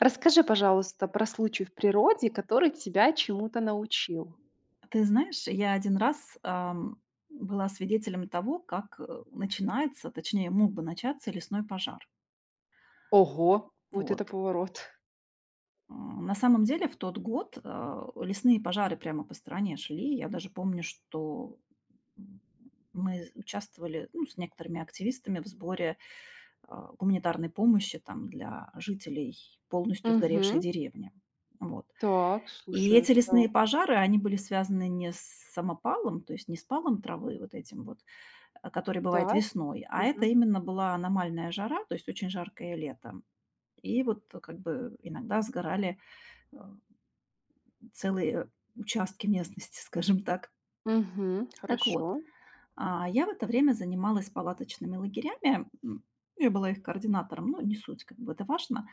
Расскажи, пожалуйста, про случай в природе, который тебя чему-то научил. Ты знаешь, я один раз, была свидетелем того, как, начинается, точнее, мог бы начаться лесной пожар. Ого, вот это Вот. поворот. На самом деле в тот год, лесные пожары прямо по стране шли. Я даже помню, что, м, мы участвовали, ну, с некоторыми активистами в сборе, гуманитарной помощи там для жителей полностью сгоревшей Мгм. деревни. Вот. Так, И слушай, эти это да. лесные пожары, они были связаны не с самопалом, то есть не с палом травы вот этим вот, который бывает Так, весной. А это мгм. именно была аномальная жара, то есть очень жаркое лето. И вот как бы иногда сгорали э, целые участки местности, скажем так. Мгм. Так Хорошо. вот, я в это время занималась палаточными лагерями. Я была их координатором, но не суть, как бы это важно.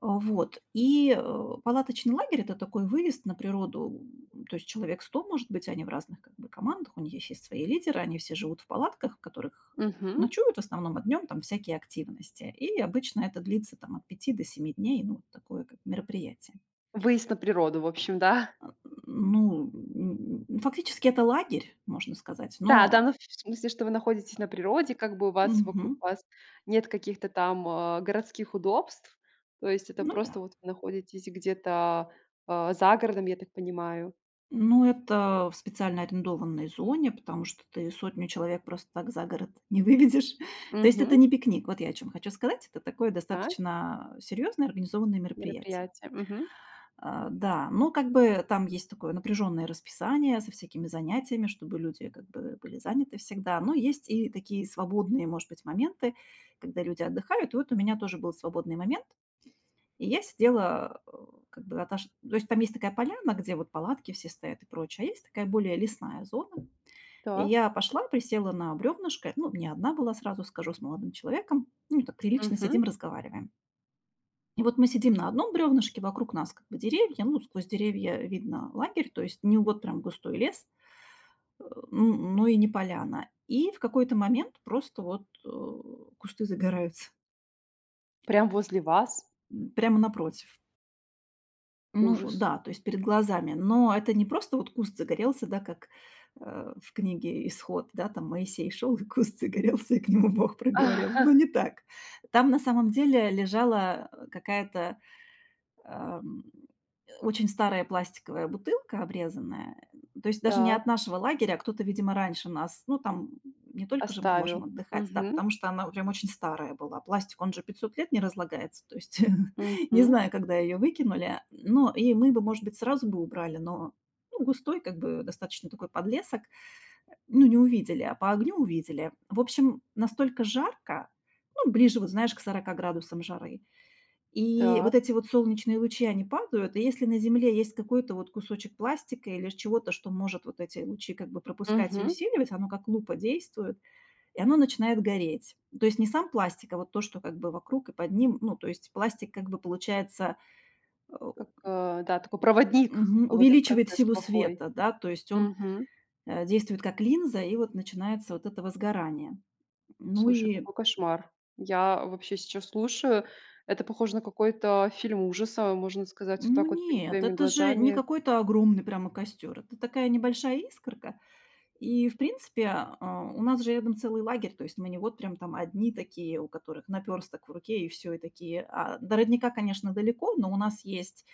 Вот. Палаточный лагерь- это такой выезд на природу. То есть человек 100 может быть, они в разных как бы командах, у них есть свои лидеры, они все живут в палатках, в которых, Мгм. ночуют в основном, а днем там всякие активности. И обычно это длится там от 5 до 7 дней, ну, вот такое как мероприятие. Выезд на природу, в общем, да? Ну, фактически это лагерь, можно сказать, Да, да, но ну, в смысле, что вы находитесь на природе, как бы у вас вокруг мгм. вас нет каких-то там, городских удобств. То есть это Ну да. просто вот вы находитесь где-то, за городом, я так понимаю. Ну, это в специально арендованной зоне, потому что ты сотню человек просто так за город не выведешь. То есть это Мгм. не пикник, вот я о чём хочу сказать. Это такое Так, достаточно серьезное организованное мероприятие. мероприятие. Мгм. Да, но как бы там есть такое напряженное расписание со всякими занятиями, чтобы люди как бы были заняты всегда. Но есть и такие свободные, может быть, моменты, когда люди отдыхают. И вот у меня тоже был свободный момент. И я сидела, как бы отош то есть там есть такая поляна, где вот палатки все стоят и прочее, а есть такая более лесная зона. И Так. я пошла, присела на бревнышко, ну, не одна была, сразу скажу, с молодым человеком. Ну, так прилично Мгм. сидим, разговариваем. И вот мы сидим на одном бревнышке, вокруг нас как бы деревья, ну, сквозь деревья видно лагерь, то есть не вот прям густой лес, э, н но и не поляна. И в какой-то момент просто вот, кусты загораются, Прям возле вас? Прямо напротив. Ну Ужас. да, то есть перед глазами. Но это не просто вот куст загорелся, да, как, в книге "Исход", да, там Моисей шел и куст загорелся, и к нему Бог проговорил. Но не так. Там на самом деле лежала, какая-то ам, очень старая пластиковая бутылка обрезанная. То есть даже не от Так, нашего лагеря, а кто-то, видимо, раньше нас. Ну, там не только же мы можем оставил. отдыхать, да, Мгм, потому что она прям очень старая была. Пластик, он же 500 лет не разлагается, то есть не мгм. знаю, когда ее выкинули. Но и мы бы, может быть, сразу бы убрали, но ну, густой, как бы достаточно такой подлесок. Ну, не увидели, а по огню увидели. В общем, настолько жарко, ну, ближе, вот знаешь, к 40 градусам жары, и вот Так, эти вот солнечные лучи, они падают, и если на Земле есть какой-то вот кусочек пластика или чего-то, что может вот эти лучи как бы пропускать и мгм. усиливать, оно как лупа действует, и оно начинает гореть. То есть не сам пластик, а вот то, что как бы вокруг и под ним, ну, то есть пластик как бы получается э, Как, да, такой проводник в этот увеличивает процесс силу плохой. света, да, то есть он Мгм. Действует как линза, и вот начинается вот это возгорание. Ну Слушай, и какой кошмар. Я вообще сейчас слушаю. Это похоже на какой-то фильм ужаса, можно сказать, вот ну так вот перед нет, твоими это же не глазами. какой-то огромный прямо костер, это такая небольшая искорка. И, в принципе, у нас же рядом целый лагерь, то есть мы не вот прям там одни такие, у которых наперсток в руке и все, и такие. А до родника, конечно, далеко, но у нас есть,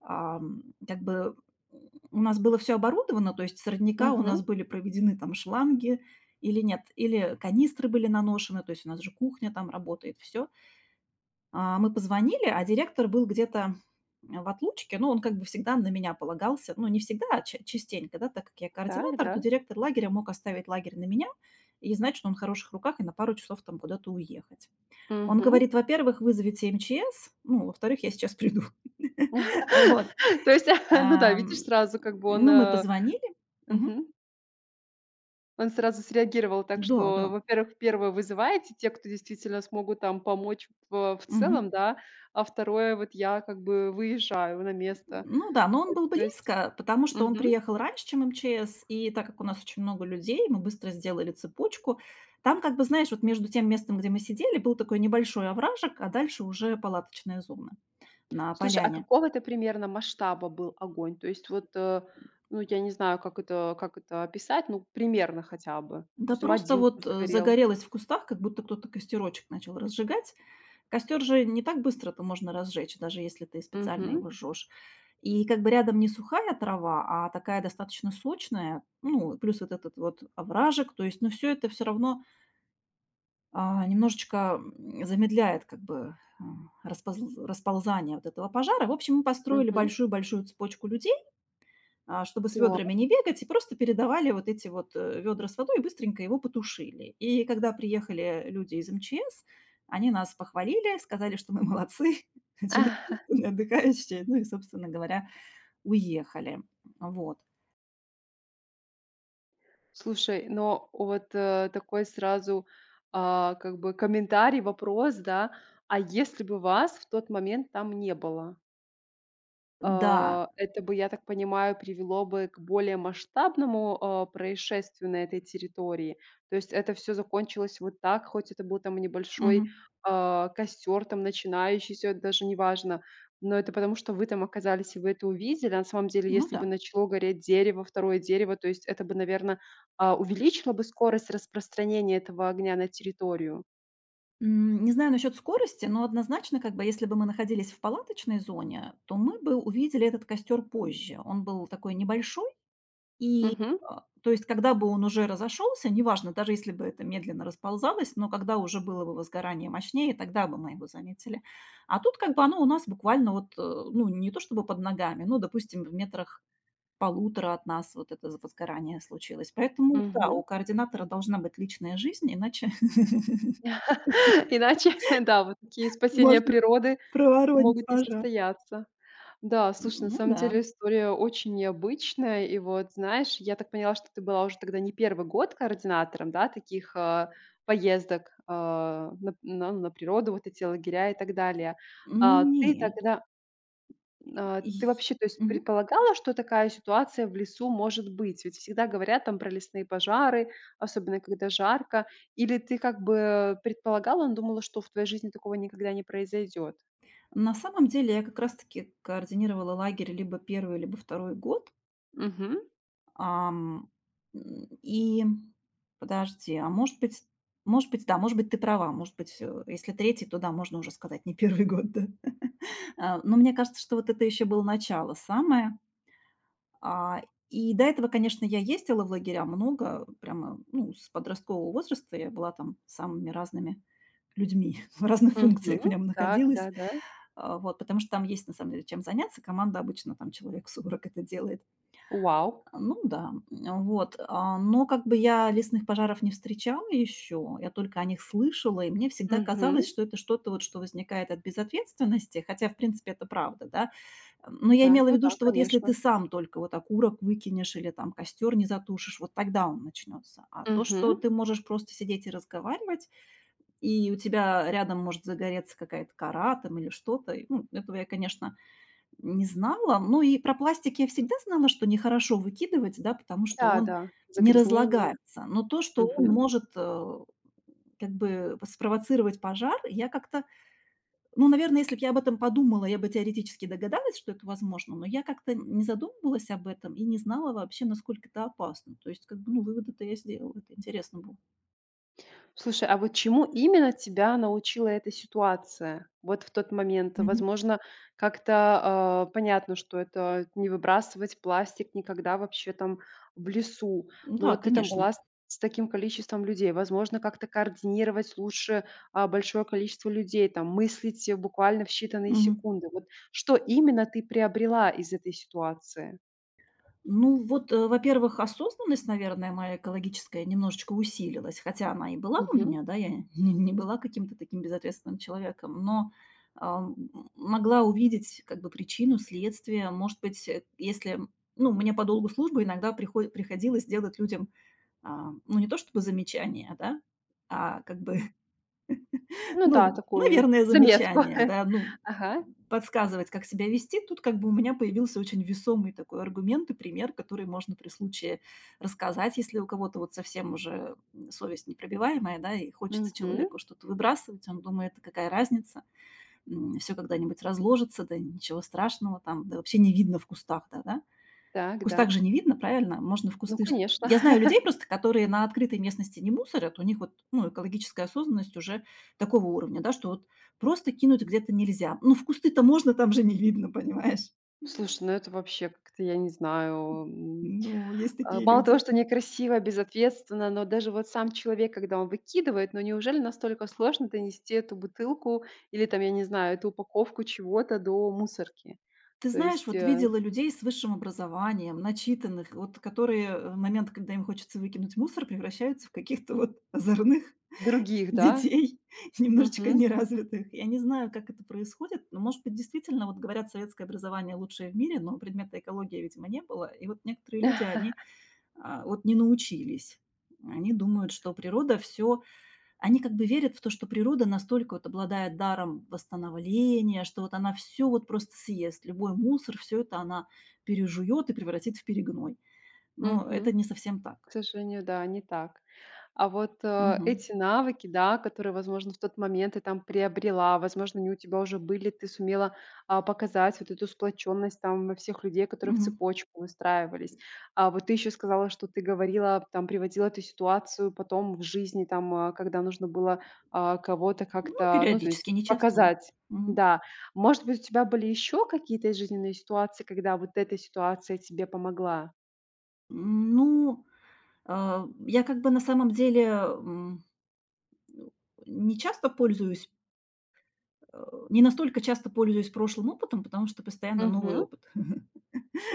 как бы, м, у нас было все оборудовано, то есть с родника у Мгм. нас были проведены там шланги или нет, или канистры были наношены, то есть у нас же кухня там работает, все. Мы позвонили, а директор был где-то, в отлучке. Ну, он как бы всегда на меня полагался. Ну, не всегда, а ча частенько, да. Так как я Так, координатор, то да. директор лагеря мог оставить лагерь на меня и знать, что он в хороших руках и на пару часов там куда-то уехать. Он Мгм. говорит: "Во-первых, вызовите МЧС, ну, во-вторых, я сейчас приду". Вот, То есть, ну да, видишь ам, сразу, как бы он, ну, мы э, позвонили. Мгм. Мгм. Он сразу среагировал, так Да, да. что, во-первых, первое вызываете те, кто действительно смогут там помочь в Мгм. целом, да, а второе вот я как бы выезжаю на место. Ну да, но Э, он был то есть близко, потому что он Мгм. приехал раньше, чем МЧС, и так как у нас очень много людей, мы быстро сделали цепочку. Там, как бы, знаешь, вот между тем местом, где мы сидели, был такой небольшой овражек, а дальше уже палаточная зона на Слушай, а поляне. какого ты примерно масштаба был огонь? То есть вот, ну, я не знаю, как это описать, ну, примерно хотя бы. То Да есть там просто один вот, куст горел. загорелось в кустах, как будто кто-то костерочек начал разжигать. Костер же не так быстро-то можно разжечь, даже если ты специально Мгм, его жжешь. И как бы рядом не сухая трава, а такая достаточно сочная, ну, плюс вот этот вот овражек. То есть, ну, все это все равно, немножечко, замедляет как бы, распозл расползание вот этого пожара. В общем, мы построили мгм. большую-большую цепочку людей, чтобы с ведрами Так. не бегать, и просто передавали вот эти вот ведра с водой и быстренько его потушили. И когда приехали люди из МЧС, они нас похвалили, сказали, что мы молодцы, очень активные, отдыхающие, ну и, собственно говоря, уехали. Вот. Слушай, но вот, такой сразу, как бы комментарий, вопрос, да. А если бы вас в тот момент там не было? Да. А, это бы, я так понимаю, привело бы к более масштабному, происшествию на этой территории. То есть это все закончилось вот так, хоть это был там небольшой, Мгм. Костер там начинающийся, даже неважно. Но это потому, что вы там оказались, и вы это увидели. А на самом деле, Ну если бы да. начало гореть дерево, второе дерево, то есть это бы, наверное, увеличило бы скорость распространения этого огня на территорию. Не знаю насчет скорости, но однозначно, как бы, если бы мы находились в палаточной зоне, то мы бы увидели этот костер позже. Он был такой небольшой, И, Мгм, то есть, когда бы он уже разошелся, неважно, даже если бы это медленно расползалось, но когда уже было бы возгорание мощнее, тогда бы мы его заметили. А тут как бы оно у нас буквально вот, ну, не то чтобы под ногами, ну, допустим, в метрах полутора от нас вот это возгорание случилось. Поэтому, да, мгм. у координатора должна быть личная жизнь, иначе Иначе, да, вот такие спасения можно природы проворонить могут не пожар. состояться. Да, слушай, на Ну самом да, деле история очень необычная. И вот, знаешь, я так поняла, что ты была уже тогда не первый год координатором, да, таких, поездок, на природу, вот эти лагеря и так далее. ну А ты нет. тогда, И- ты и- вообще, то есть, мгм. предполагала, что такая ситуация в лесу может быть? Ведь всегда говорят там про лесные пожары, особенно когда жарко. Или ты как бы предполагала, но думала, что в твоей жизни такого никогда не произойдет? На самом деле я как раз-таки координировала лагерь либо первый, либо второй год. Ам, и подожди, а может быть, да, может быть, ты права, может быть, если третий, то да, можно уже сказать не первый год, да. Но мне кажется, что вот это еще было начало самое. А, и до этого, конечно, я ездила в лагеря много, прямо, ну, с подросткового возраста я была там с самыми разными людьми в разных Мгм. функциях в нем Так, находилась. да-да. Вот, потому что там есть, на самом деле, чем заняться. Команда обычно там человек 40 это делает. Вау! Ну да, вот. Но как бы я лесных пожаров не встречала еще, я только о них слышала, и мне всегда Мгм. казалось, что это что-то вот, что возникает от безответственности, хотя, в принципе, это правда, да. Но я Так, имела в ну виду, да, что вот если ты конечно. сам только вот окурок выкинешь или там костер не затушишь, вот тогда он начнется. А то, что Мгм. ты можешь просто сидеть и разговаривать, и у тебя рядом может загореться какая-то кора там или что-то. И, ну, этого я, конечно, не знала. Ну и про пластик я всегда знала, что нехорошо выкидывать, да, потому что он Да-да, не загрязнение. разлагается. Но то, что он Мгм. может, как бы спровоцировать пожар, я как-то, ну, наверное, если бы я об этом подумала, я бы теоретически догадалась, что это возможно, но я как-то не задумывалась об этом и не знала вообще, насколько это опасно. То есть, как бы, ну, выводы-то я сделала, это интересно было. Слушай, а вот чему именно тебя научила эта ситуация? Вот в тот момент, Мгм. возможно, как-то, понятно, что это не выбрасывать пластик никогда вообще там в лесу. Но Да, вот ты там конечно. была с таким количеством людей. Возможно, как-то координировать лучше, большое количество людей, там мыслить, буквально в считанные Мгм. секунды. Вот что именно ты приобрела из этой ситуации? Ну вот, во-первых, осознанность, наверное, моя экологическая немножечко усилилась, хотя она и была у Мгм. меня, да, я не, не была каким-то таким безответственным человеком, но а, м, могла увидеть как бы причину, следствие. Может быть, если, ну, мне по долгу службы иногда приходилось делать людям, ну, не то чтобы замечания, да, а как бы Ну да, ну, такую наверное, заметку. замечание, да, ну, Ага. подсказывать, как себя вести. Тут как бы у меня появился очень весомый такой аргумент и пример, который можно при случае рассказать, если у кого-то вот совсем уже совесть непробиваемая, да, и хочется Мгм. человеку что-то выбрасывать, он думает, «Да какая разница, все когда-нибудь разложится, да ничего страшного, там, да вообще не видно в кустах, да, да. В Так, кустах да. же не видно, правильно? Можно в Ну, кусты. Ш конечно. Я знаю людей просто, которые на открытой местности не мусорят. У них вот, ну, экологическая осознанность уже такого уровня, да, что вот просто кинуть где-то нельзя. Ну, в кусты-то можно, там же не видно, понимаешь? Слушай, ну это вообще как-то, я не знаю, Ну, есть такие мало того, люди. что некрасиво, безответственно, но даже вот сам человек, когда он выкидывает, ну неужели настолько сложно донести эту бутылку или там, я не знаю, эту упаковку чего-то до мусорки? Ты То знаешь, есть, вот видела людей с высшим образованием, начитанных, вот которые, в момент, когда им хочется выкинуть мусор, превращаются в каких-то вот озорных других, да? детей, немножечко Мгм. неразвитых. Я не знаю, как это происходит, но, может быть, действительно, вот говорят, советское образование лучшее в мире, но предмета экология, видимо, не было. И вот некоторые люди, они вот не научились. Они думают, что природа все... Они как бы верят в то, что природа настолько вот обладает даром восстановления, что вот она все вот просто съест. Любой мусор, все это она пережует и превратит в перегной. Но это Мгм. не совсем так. К сожалению, да, не так. А вот, Мгм. эти навыки, да, которые, возможно, в тот момент ты там приобрела, возможно, они у тебя уже были, ты сумела, показать вот эту сплоченность там во всех людей, которые в Мгм. цепочку выстраивались. А вот ты еще сказала, что ты говорила, там приводила эту ситуацию потом в жизни, там, когда нужно было, кого-то Ну, как-то, ну, то есть периодически, не часто. Но- показать. мгм. Да. Может быть, у тебя были еще какие-то жизненные ситуации, когда вот эта ситуация тебе помогла? Ну, я как бы на самом деле, ну, не часто пользуюсь, э, не настолько часто пользуюсь прошлым опытом, потому что постоянно новый Угу, опыт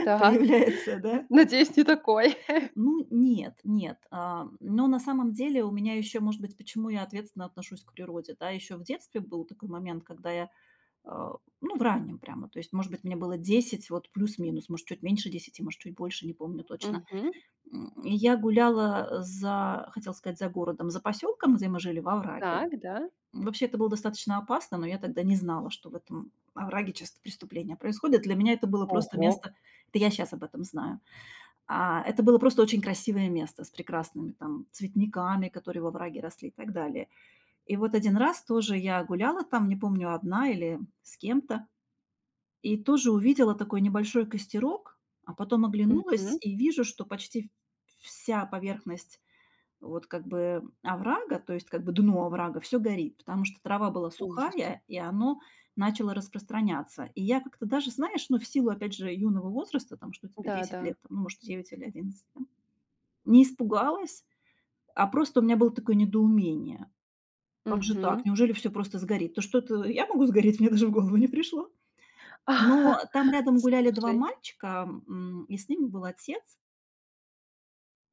так. появляется, да. Надеюсь, не такой. Ну, нет, нет. Но на самом деле у меня еще, может быть, почему я ответственно отношусь к природе, да, еще в детстве был такой момент, когда я, а, ну, в раннем прямо, то есть, может быть, мне было 10, вот плюс-минус, может, чуть меньше 10, может, чуть больше, не помню точно. Мгм. Я гуляла за, хотела сказать, за городом, за поселком, где мы жили, в овраге. Так, да. Вообще это было достаточно опасно, но я тогда не знала, что в этом овраге часто преступления происходят. Для меня это было просто Ого! место, это я сейчас об этом знаю, это было просто очень красивое место с прекрасными там цветниками, которые во враге росли и так далее. И вот один раз тоже я гуляла там, не помню, одна или с кем-то, и тоже увидела такой небольшой костерок, а потом оглянулась Мгм. и вижу, что почти вся поверхность вот как бы оврага, то есть как бы дно оврага, все горит, потому что трава была Ужас. сухая, и оно начало распространяться. И я как-то даже, знаешь, ну, в силу, опять же, юного возраста, там, что тебе 10 Да-да. лет, там, ну, может, 9 или 11, там, не испугалась, а просто у меня было такое недоумение. Как же так? Мгм. Неужели все просто сгорит? То что это я могу сгореть? Мне даже в голову не пришло. Но там рядом гуляли 2 Слушай. мальчика, и с ними был отец.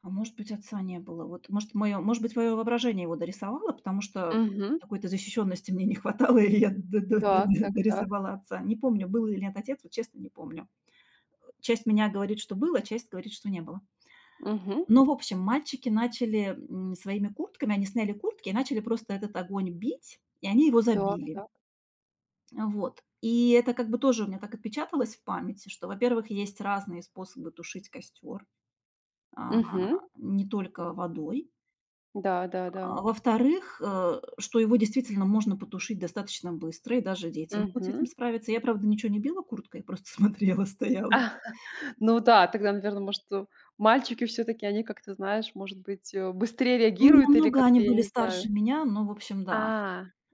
А может быть, отца не было. Вот, может, моё воображение его дорисовало, потому что Мгм. какой-то защищенности мне не хватало, и я д д д Так, д так, так. дорисовала отца. Не помню, был или нет отец, вот честно не помню. Часть меня говорит, что было, часть говорит, что не было. Мгм. Но, в общем, мальчики начали, своими куртками они сняли куртки и начали просто этот огонь бить, и они его Так, забили. так. Вот. И это как бы тоже у меня так отпечаталось в памяти, что, во-первых, есть разные способы тушить костер, а, Мгм. не только водой. Да-да-да. Во-вторых, что его действительно можно потушить достаточно быстро, и даже дети могут с этим Мгм. справиться. Я, правда, ничего не била курткой, просто смотрела, стояла. Ну да, тогда, наверное, может, мальчики все таки они как-то, знаешь, может быть, быстрее Не реагируют или намного они как-то, я были не знаю. старше меня, но, в общем, А, да.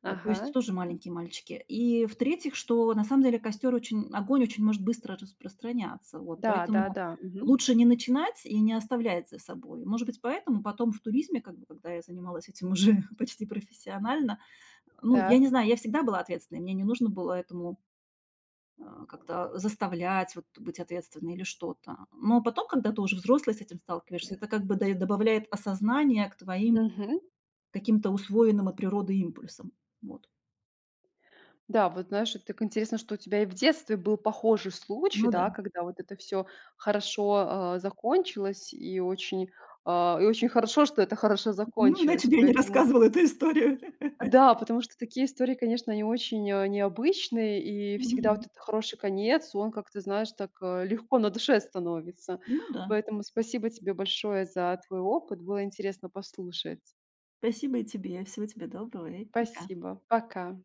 То ага. есть тоже маленькие мальчики. И, в-третьих, что на самом деле костер очень огонь очень может быстро распространяться. Вот, поэтому Да-да-да. Мгм. лучше не начинать и не оставлять за собой. Может быть, поэтому потом в туризме, как бы, когда я занималась этим уже почти профессионально, ну, я не Так. знаю, я всегда была ответственной, мне не нужно было этому как-то заставлять вот быть ответственной или что-то. Но потом, когда ты уже взрослый с этим сталкиваешься, это как бы добавляет осознание к твоим Мгм. каким-то усвоенным от природы импульсам. Вот. Да, вот знаешь, вот так интересно, что у тебя и в детстве был похожий случай, Ну да. да, когда вот это все хорошо, закончилось, и очень, и очень хорошо, что это хорошо Ну, иначе закончилось. бы я не Поэтому рассказывала эту историю. да, потому что такие истории, конечно, они очень, необычные, и всегда Мгм. вот этот хороший конец, он как-то, знаешь, так, легко на душе становится. Ну да. Поэтому спасибо тебе большое за твой опыт. Было интересно послушать. Спасибо и тебе. Всего тебе доброго и пока. Спасибо. Пока.